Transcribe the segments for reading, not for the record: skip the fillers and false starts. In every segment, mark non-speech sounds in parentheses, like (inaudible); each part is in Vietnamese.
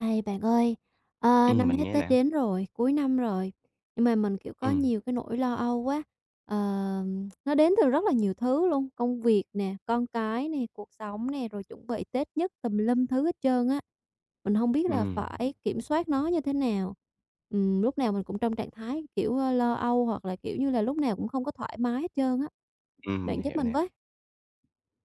Hay, bạn ơi, năm Mình hết nghe Tết nè. đến rồi, cuối năm rồi, nhưng mà mình, kiểu, có Ừm, nhiều cái nỗi lo âu quá. Ờ, nó đến từ rất là nhiều thứ luôn, công việc nè, con cái nè, cuộc sống nè, rồi chuẩn bị Tết nhất tùm lum thứ hết trơn á. Mình không biết là ừm, phải kiểm soát nó như thế nào. Lúc nào mình cũng trong trạng thái, kiểu, lo âu hoặc là, kiểu như là, lúc nào cũng không có thoải mái hết trơn á. Bạn mình giúp hiểu mình nè. với.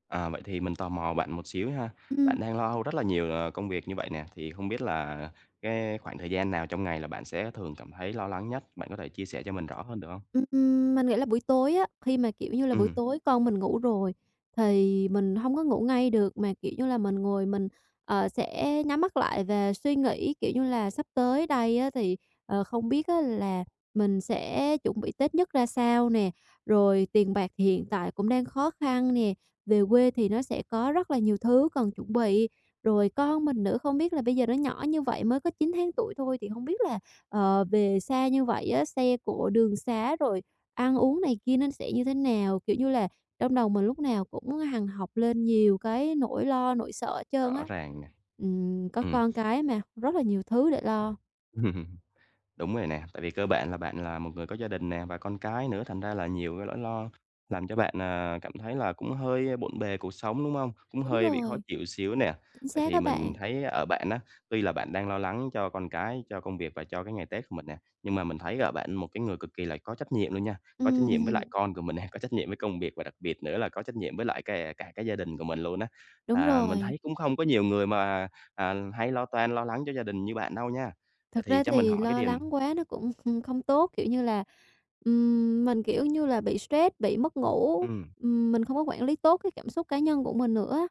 À, vậy thì mình tò mò bạn một xíu ha. Ừm. Bạn đang lo âu rất là nhiều, công việc như vậy nè, thì không biết là cái khoảng thời gian nào trong ngày là bạn sẽ thường cảm thấy lo lắng nhất? Bạn có thể chia sẻ cho mình rõ hơn được không? Mình nghĩ là buổi tối á, khi mà, kiểu như là, buổi Ừm, tối con mình ngủ rồi thì mình hông có ngủ ngay được, mà, kiểu như là, mình ngồi mình, sẽ nhắm mắt lại và suy nghĩ, kiểu như là, sắp tới đây á thì, không biết á là mình sẽ chuẩn bị Tết nhất ra sao nè, rồi tiền bạc thì hiện tại cũng đang khó khăn nè, về quê thì nó sẽ có rất là nhiều thứ cần chuẩn bị. Rồi con mình nữa không biết là bây giờ nó nhỏ như vậy mới có 9 tháng tuổi thôi thì hông biết là về xa như vậy á, xe cộ đường xá rồi ăn uống này kia nên sẽ như thế nào? Kiểu như là, trong đầu mình lúc nào cũng hằng học lên nhiều cái nỗi lo, nỗi sợ hết trơn rõ á. ràng nè, Có ừm. con cái mà, rất là nhiều thứ để lo. (laughs) Đúng rồi nè, tại vì cơ bản là bạn là một người có gia đình nè và con cái nữa, thành ra là nhiều cái nỗi lo làm cho bạn, cảm thấy là cũng hơi bộn bề cuộc sống, đúng không? Cũng Đúng hơi bị khó rồi, chịu xíu nè. chính Vậy xác thì các mình bạn. thấy ở bạn á, tuy là bạn đang lo lắng cho con cái, cho công việc và cho cái ngày Tết của mình nè, nhưng mà mình thấy ở bạn một cái người cực kỳ là có trách nhiệm luôn nha, có trách Ừm, nhiệm với lại (laughs) con của mình nè, có trách nhiệm với công việc và đặc biệt nữa là có trách nhiệm với lại cả cả cái gia đình của mình luôn á. đúng Là mình rồi. thấy cũng không có nhiều người mà, hay lo toan, lo lắng cho gia đình như bạn đâu nha. Vậy Thật thì ra cho mình thì hỏi cái lo điều. lắng quá nó cũng, (laughs) không tốt, kiểu như là, mình, kiểu như là, bị stress, bị mất ngủ, Ừm, mình không có quản lý tốt cái cảm xúc cá nhân của mình nữa.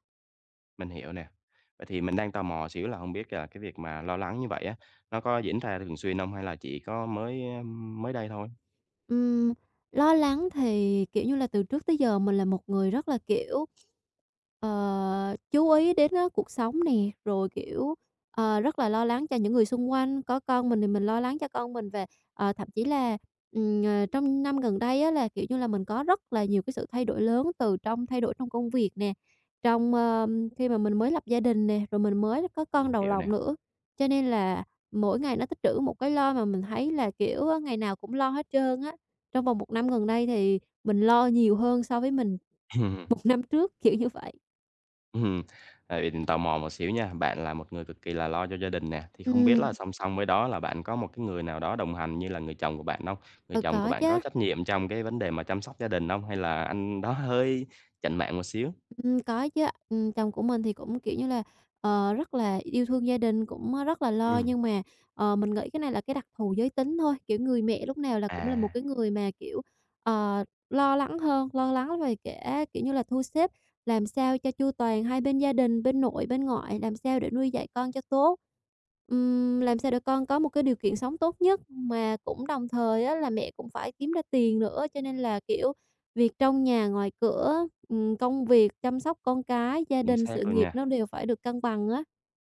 mình hiểu nè. Vậy thì mình đang tò mò xíu là không biết là cái việc mà lo lắng như vậy á, nó có diễn ra thường xuyên không hay là chỉ có mới đây thôi? Ừm, Lo lắng thì, kiểu như là, từ trước tới giờ mình là một người rất là, kiểu, Ờ, chú ý đến á, cuộc sống nè, rồi, kiểu, rất là lo lắng cho những người xung quanh, có con mình thì mình lo lắng cho con mình về thậm chí là, trong năm gần đây á là, kiểu như là, mình có rất là nhiều cái sự thay đổi lớn từ trong thay đổi trong công việc nè, trong, khi mà mình mới lập gia đình nè, rồi mình mới có con Mình đầu hiểu lòng nè. nữa. Cho nên là mỗi ngày nó tích trữ một cái lo mà mình thấy là, kiểu, á, ngày nào cũng lo hết trơn á. Trong vòng một năm gần đây thì mình lo nhiều hơn so với mình (laughs) một (laughs) năm trước, kiểu như vậy. Ừm, tại vì mình tò mò một xíu nha, bạn là một người cực kỳ là lo cho gia đình nè, thì không biết Ừm, là song song với đó là bạn có một cái người nào đó đồng hành như là người chồng của bạn không? Người ừ, chồng của có bạn có chứ, trách nhiệm trong cái vấn đề mà chăm sóc gia đình không? Hay là anh đó hơi chạnh mạng một xíu? Có chứ. Chồng của mình thì cũng, kiểu như là, rất là yêu thương gia đình, cũng, rất là lo, Ừm, nhưng mà, mình nghĩ cái này là cái đặc thù giới tính thôi, kiểu, người mẹ lúc nào là cũng là một à, cái người mà, kiểu, lo lắng hơn, lo lắng về cả, kiểu như là, thu xếp làm sao cho chu toàn hai bên gia đình, bên nội, bên ngoại, làm sao để nuôi dạy con cho tốt. Làm sao để con có một cái điều kiện sống tốt nhất, mà cũng đồng thời á là mẹ cũng phải kiếm ra tiền nữa, cho nên là, kiểu, việc trong nhà, ngoài cửa, công việc, chăm sóc con cái, gia chính đình, sự xác luôn nghiệp nha. nó đều phải được cân bằng á,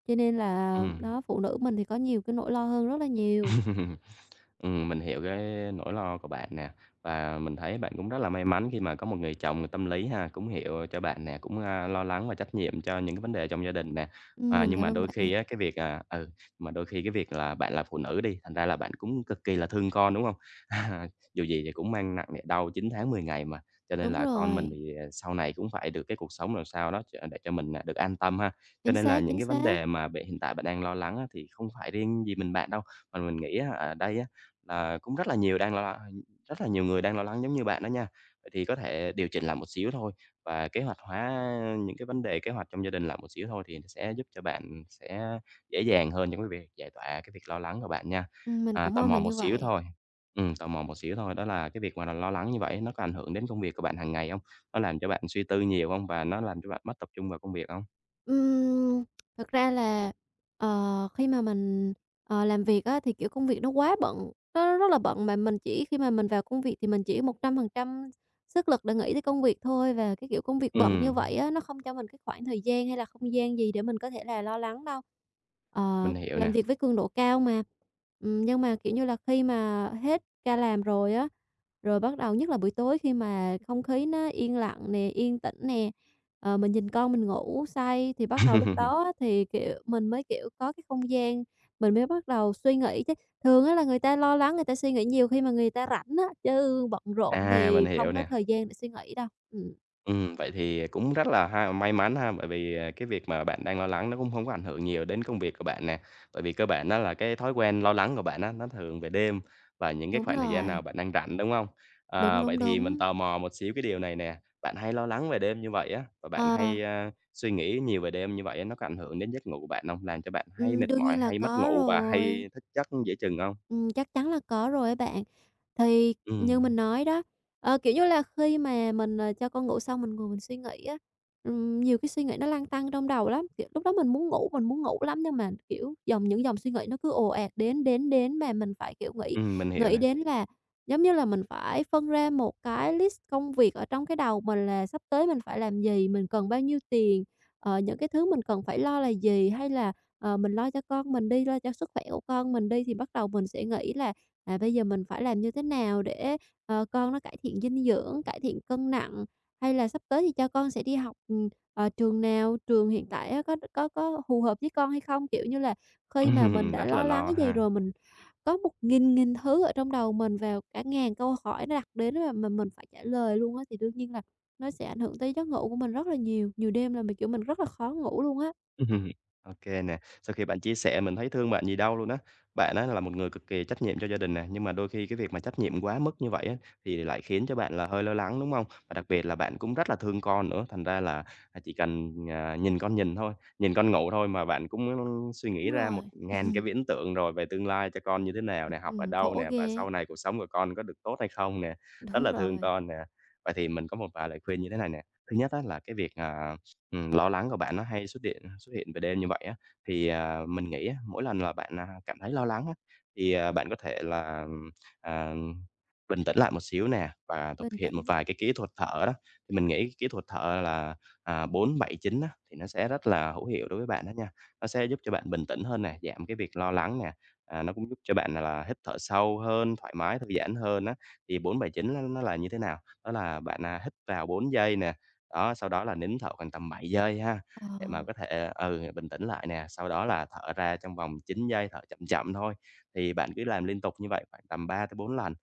cho nên là Ừm. đó, phụ nữ mình thì có nhiều cái nỗi lo hơn rất là nhiều. (laughs) Mình hiểu cái nỗi lo của bạn nè, và mình thấy bạn cũng rất là may mắn khi mà có một người chồng tâm lý ha, cũng hiểu cho bạn nè, cũng, a, lo lắng và trách nhiệm cho những cái vấn đề trong gia đình nè. À, Mình nhưng cảm mà ơn đôi bạn. khi á, cái việc, mà đôi khi cái việc là bạn là phụ nữ đi, thành ra là bạn cũng cực kỳ là thương con, đúng không? (laughs) Dù gì thì cũng mang nặng đẻ đau 9 tháng 10 ngày mà, cho nên Đúng là con rồi, mình thì, ờ, sau này cũng phải được cái cuộc sống làm sao đó ch để cho mình, được an tâm ha. Cho chính nên là xác, những chính cái vấn xác. đề mà bạn hiện tại bạn đang lo lắng á, thì không phải riêng gì mình bạn đâu. Mà mình nghĩ á, ở đây á, là cũng rất là nhiều người đang lo lắng giống như bạn đó nha. Vậy thì có thể điều chỉnh lại một xíu thôi và kế hoạch hóa những cái vấn đề kế hoạch trong gia đình lại một xíu thôi thì nó sẽ giúp cho bạn sẽ dễ dàng hơn trong cái việc giải tỏa cái việc lo lắng của bạn nha. Mình À, cũng tò mong là mò một như xíu vậy. thôi. Tò mò một xíu thôi, đó là cái việc mà lo lắng như vậy nó có ảnh hưởng đến công việc của bạn hàng ngày không? Nó làm cho bạn suy tư nhiều không? Và nó làm cho bạn mất tập trung vào công việc không? Ừm, Thật ra là, khi mà mình, làm việc á, thì, kiểu, công việc nó quá bận, nó rất là bận mà mình chỉ khi mà mình vào công việc thì mình chỉ 100% sức lực để nghĩ tới công việc thôi. Và cái, kiểu, công việc bận như Ừm, vậy á, nó không cho mình cái khoảng thời gian hay là không gian gì để mình có thể là lo lắng đâu. Mình hiểu Làm nè. việc với cường độ cao mà. Nhưng mà, kiểu như là, khi mà hết ca làm rồi á, rồi bắt đầu nhất là buổi tối khi mà không khí nó yên lặng nè, yên tĩnh nè, mình nhìn con mình ngủ say thì bắt đầu lúc (laughs) đó á thì, kiểu, mình mới, kiểu, có cái không gian mình mới bắt đầu suy nghĩ chứ. Thường á là người ta lo lắng, người ta suy nghĩ nhiều khi mà người ta rảnh á, chứ bận rộn À, mình thì không hiểu có nè. thời gian để suy nghĩ đâu. Ừm. Vậy thì cũng rất là ha may mắn ha, bởi vì, cái việc mà bạn đang lo lắng nó cũng không có ảnh hưởng nhiều đến công việc của bạn nè. Bởi vì cơ bản đó là cái thói quen lo lắng của bạn á, nó thường về đêm và những cái Đúng khoảng thời gian rồi, nào bạn đang rảnh, đúng không? đúng, À, vậy đúng, thì mình đúng. tò mò một xíu cái điều này nè, bạn hay lo lắng về đêm như vậy á, và bạn Ờ, hay, a, suy nghĩ nhiều về đêm như vậy á, nó có ảnh hưởng đến giấc ngủ của bạn không? Làm cho bạn hay mệt Đương nhiên mỏi, là hay mất có ngủ và rồi. hay thức giấc dễ chừng không? Chắc chắn là có rồi á bạn. Thì như Ừm, mình nói đó, kiểu như là, khi mà mình, cho con ngủ xong mình ngồi mình suy nghĩ á, nhiều cái suy nghĩ nó lăn tăn trong đầu lắm, kiểu, lúc đó mình muốn ngủ lắm nhưng mà, kiểu, những dòng suy nghĩ nó cứ ồ ạt đến, đến, đến mà mình phải, kiểu, nghĩ mình hiểu nghĩ nè. đến là giống như là mình phải phân ra một cái list công việc ở trong cái đầu mình là sắp tới mình phải làm gì, mình cần bao nhiêu tiền, những cái thứ mình cần phải lo là gì, hay là mình lo cho con mình đi, lo cho sức khỏe của con mình đi thì bắt đầu mình sẽ nghĩ là, à, bây giờ mình phải làm như thế nào để, con nó cải thiện dinh dưỡng, cải thiện cân nặng, hay là sắp tới thì cho con sẽ đi học, trường nào, trường hiện tại á có phù hợp với con hay không? Kiểu như là, khi mà mình (laughs) đã Rất là lo lắng lo cái gì ha. rồi mình có một nghìn nghìn thứ ở trong đầu mình và cả ngàn câu hỏi nó đặt đến mà mình phải trả lời luôn á, thì đương nhiên là nó sẽ ảnh hưởng tới giấc ngủ của mình rất là nhiều, nhiều đêm là mình, kiểu, mình rất là khó ngủ luôn á. (laughs) Ô kê nè, sau khi bạn chia sẻ mình thấy thương bạn gì đâu luôn á. Bạn á là một người cực kỳ trách nhiệm cho gia đình nè, nhưng mà đôi khi cái việc mà trách nhiệm quá mức như vậy á, thì lại khiến cho bạn là hơi lo lắng, đúng hông? Và đặc biệt là bạn cũng rất là thương con nữa, thành ra là, chỉ cần, nhìn con ngủ thôi mà bạn cũng suy Đúng nghĩ ra một rồi. ngàn cái (laughs) viễn tượng rồi về tương lai cho con như thế nào nè, học ở đâu khổ nè, và ghê á. sau này cuộc sống của con có được tốt hay không nè, rất Đúng là thương rồi, con nè. Vậy thì mình có một vài lời khuyên như thế này nè, thứ nhất á là cái việc, à. Lo lắng của bạn nó hay xuất hiện về đêm như vậy á, thì, mình nghĩ á, mỗi lần là bạn, cảm thấy lo lắng á, thì, bạn có thể là, à, bình tĩnh lại một xíu nè và thực bình hiện một tĩnh. vài cái kỹ thuật thở đó. Thì mình nghĩ cái kỹ thuật thở là, 4-7-9 á, thì nó sẽ rất là hữu hiệu đối với bạn đó nha. Nó sẽ giúp cho bạn bình tĩnh hơn nè, giảm cái việc lo lắng nè, nó cũng giúp cho bạn, là hít thở sâu hơn, thoải mái, thư giãn hơn á. Thì bốn bảy chín nó là như thế nào? Đó là bạn, hít vào 4 giây nè, đó, sau đó là nín thở khoảng tầm 7 giây ha, Ờ, để mà có thể, ừ, bình tĩnh lại nè, sau đó là thở ra trong vòng 9 giây, thở chậm chậm thôi. Thì bạn cứ làm liên tục như vậy khoảng tầm ba tới bốn lần,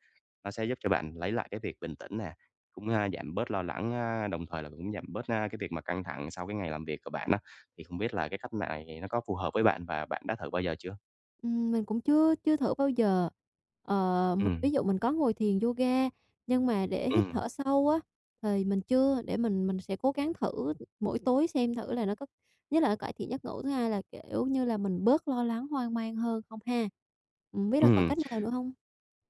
nó sẽ giúp cho bạn lấy lại cái việc bình tĩnh nè, cũng, a, giảm bớt lo lắng, a, đồng thời là cũng giảm bớt, a, cái việc mà căng thẳng sau cái ngày làm việc của bạn đó. Thì không biết là cái cách này nó có phù hợp với bạn và bạn đã thử bao giờ chưa? Mình cũng chưa chưa thử bao giờ. Mình ví Ừm, dụ mình có ngồi thiền yoga, nhưng mà để hít ừm, thở sâu á, thì mình chưa, để mình sẽ cố gắng thử mỗi tối xem thử là nó có nhất là cải thiện giấc ngủ, thứ hai là, kiểu như là, mình bớt lo lắng, hoang mang hơn không ha? Hổng biết là còn ừm. cách nào nữa không?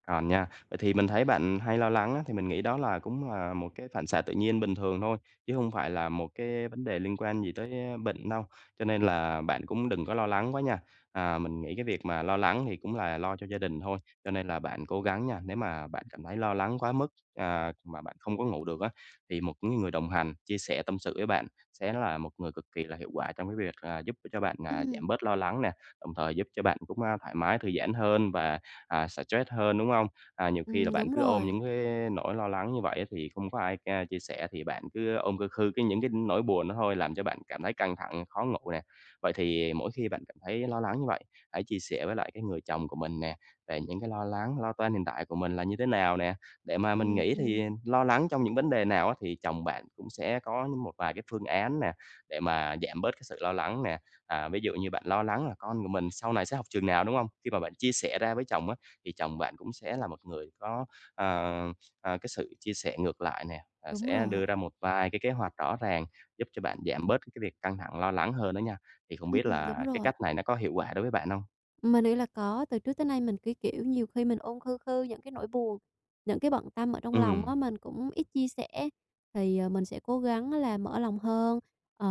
Còn nha, vậy thì mình thấy bạn hay lo lắng á, thì mình nghĩ đó là cũng là một cái phản xạ tự nhiên bình thường thôi, chứ không phải là một cái vấn đề liên quan gì tới, a, bệnh đâu, cho nên là bạn cũng đừng có lo lắng quá nha. À, mình nghĩ cái việc mà lo lắng thì cũng là lo cho gia đình thôi, cho nên là bạn cố gắng nha, nếu mà bạn cảm thấy lo lắng quá mức, mà bạn không có ngủ được á, thì một cái người đồng hành chia sẻ tâm sự với bạn sẽ là một người cực kỳ là hiệu quả trong cái việc, giúp cho bạn, Ừm, giảm bớt lo lắng nè, đồng thời giúp cho bạn cũng, a, thoải mái, thư giãn hơn và à, stress hơn, đúng không? À, nhiều khi là bạn đúng cứ ôm rồi. những cái nỗi lo lắng như vậy thì không có ai ca chia sẻ thì bạn cứ ôm cơ khư cái những cái nỗi buồn đó thôi, làm cho bạn cảm thấy căng thẳng, khó ngủ nè. Vậy thì mỗi khi bạn cảm thấy lo lắng như vậy, hãy chia sẻ với lại cái người chồng của mình nè, về những cái lo lắng, lo toan hiện tại của mình là như thế nào nè, để mà mình Ừm, nghĩ thì ừm, lo lắng trong những vấn đề nào á thì chồng bạn cũng sẽ có một vài cái phương án nè, để mà giảm bớt cái sự lo lắng nè. À, ví dụ như bạn lo lắng là con của mình sau này sẽ học trường nào, đúng không? Khi mà bạn chia sẻ ra với chồng á, thì chồng bạn cũng sẽ là một người có, ờ, cái sự chia sẻ ngược lại nè, đúng sẽ rồi. đưa ra một vài cái kế hoạch rõ ràng giúp cho bạn giảm bớt cái việc căng thẳng, lo lắng hơn đó nha. Thì không biết Ừm, đúng là cái rồi. cách này nó có hiệu quả đối với bạn không? Mình nghĩ là có, từ trước tới nay mình cứ, kiểu, nhiều khi mình ôm khư khư những cái nỗi buồn, những cái bận tâm ở trong lòng Ừm. á, mình cũng ít chia sẻ. Thì, mình sẽ cố gắng là mở lòng hơn, ờ,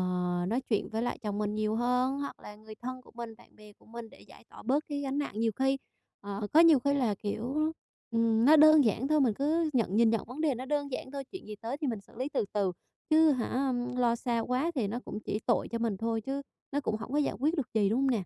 nói chuyện với lại chồng mình nhiều hơn, hoặc là người thân của mình, bạn bè của mình để giải tỏa bớt cái gánh nặng. Nhiều khi, có nhiều khi là, kiểu, nó đơn giản thôi, mình cứ nhìn nhận vấn đề nó đơn giản thôi, chuyện gì tới thì mình xử lý từ từ, chứ hả, lo xa quá thì nó cũng chỉ tội cho mình thôi, chứ nó cũng không có giải quyết được gì, đúng hông nè?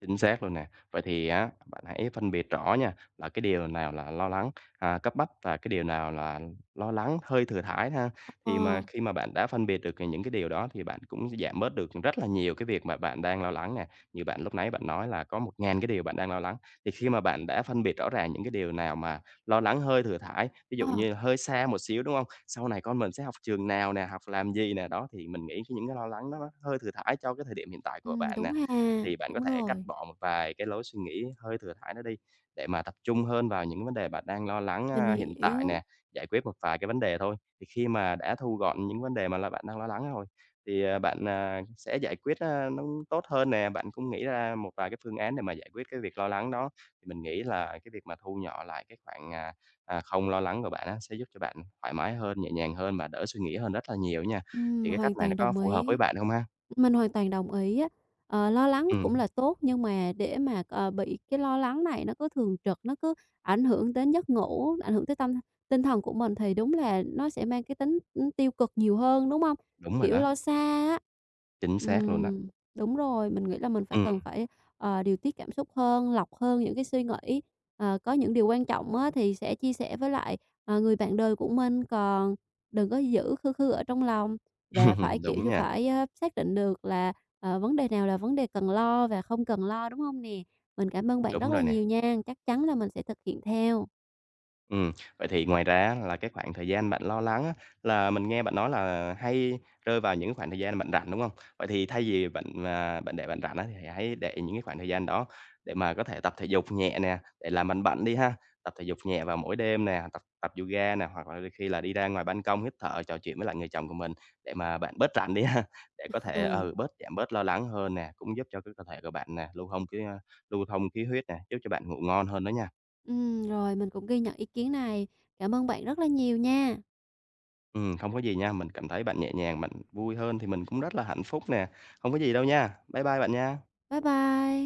Chính xác luôn nè. Vậy thì á, bạn hãy phân biệt rõ nha, là cái điều nào là lo lắng, cấp bách và cái điều nào là lo lắng hơi thừa thãi ha. Ờ, Thì mà khi mà bạn đã phân biệt được những cái điều đó thì bạn cũng giảm bớt được rất là nhiều cái việc mà bạn đang lo lắng nè. Như bạn lúc nãy bạn nói là có một ngàn cái điều bạn đang lo lắng, thì khi mà bạn đã phân biệt rõ ràng những cái điều nào mà lo lắng hơi thừa thãi, ví dụ ờ. như là hơi xa một xíu, đúng không? Sau này con mình sẽ học trường nào nè, học làm gì nè, đó, thì mình nghĩ cái những cái lo lắng nó hơi thừa thãi cho cái thời điểm hiện tại của bạn Đúng nè, ha, thì bạn có đúng thể cắt rồi, bỏ một vài cái lối suy nghĩ hơi thừa thãi đó đi để mà tập trung hơn vào những vấn đề bạn đang lo lắng, mình a, hiện tại hiểu. nè, giải quyết một vài cái vấn đề thôi. Thì khi mà đã thu gọn những vấn đề mà là bạn đang lo lắng rồi thì, bạn, sẽ giải quyết, a, nó tốt hơn nè, bạn cũng nghĩ ra một vài cái phương án để mà giải quyết cái việc lo lắng đó. Thì mình nghĩ là cái việc mà thu nhỏ lại cái khoảng, không lo lắng của bạn á sẽ giúp cho bạn thoải mái hơn, nhẹ nhàng hơn và đỡ suy nghĩ hơn rất là nhiều nha. Thì cái Hoàn cách này nó toàn có đồng phù hợp với ý. bạn không ha? Mình hoàn toàn đồng ý á. Lo lắng Ừm, cũng là tốt nhưng mà để mà, bị cái lo lắng này nó cứ thường trực, nó cứ ảnh hưởng đến giấc ngủ, ảnh hưởng tới tinh thần của mình thì đúng là nó sẽ mang cái tính, tiêu cực nhiều hơn, đúng không? đúng rồi Kiểu, đó, lo xa á. chính xác luôn á. Ừm, đúng rồi, mình nghĩ là mình phải Ừm, cần phải, điều tiết cảm xúc hơn, lọc hơn những cái suy nghĩ. Có những điều quan trọng á thì sẽ chia sẻ với lại, người bạn đời của mình, còn đừng có giữ khư khư ở trong lòng và phải, (laughs) kiểu đúng như, nha, phải, xác định được là, vấn đề nào là vấn đề cần lo và không cần lo, đúng không nè? Mình cảm ơn bạn rất đúng là rồi nè. nhiều nha, chắc chắn là mình sẽ thực hiện theo. Ừm, vậy thì ngoài ra á là cái khoảng thời gian bạn lo lắng á, là mình nghe bạn nói là hay rơi vào những khoảng thời gian bạn rảnh, đúng không? Vậy thì thay vì bạn, bạn để bạn rảnh á, thì hãy để những cái khoảng thời gian đó để mà có thể tập thể dục nhẹ nè, để làm lành bệnh đi ha. Tập thể dục nhẹ vào mỗi đêm nè, tập tập yoga nè, hoặc là đôi khi là đi ra ngoài ban công hít thở, trò chuyện với lại người chồng của mình để mà bạn bớt rảnh đi ha, (laughs) để có (laughs) thể, Ừ, ừ, bớt giảm bớt lo lắng hơn nè, cũng giúp cho cái cơ thể của bạn nè, lưu thông cái, lưu thông khí huyết nè, giúp cho bạn ngủ ngon hơn đó nha. Rồi mình cũng ghi nhận ý kiến này. Cảm ơn bạn rất là nhiều nha. Không có gì nha, mình cảm thấy bạn nhẹ nhàng, bạn vui hơn thì mình cũng rất là hạnh phúc nè. Không có gì đâu nha. Bye bye bạn nha. Bye bye.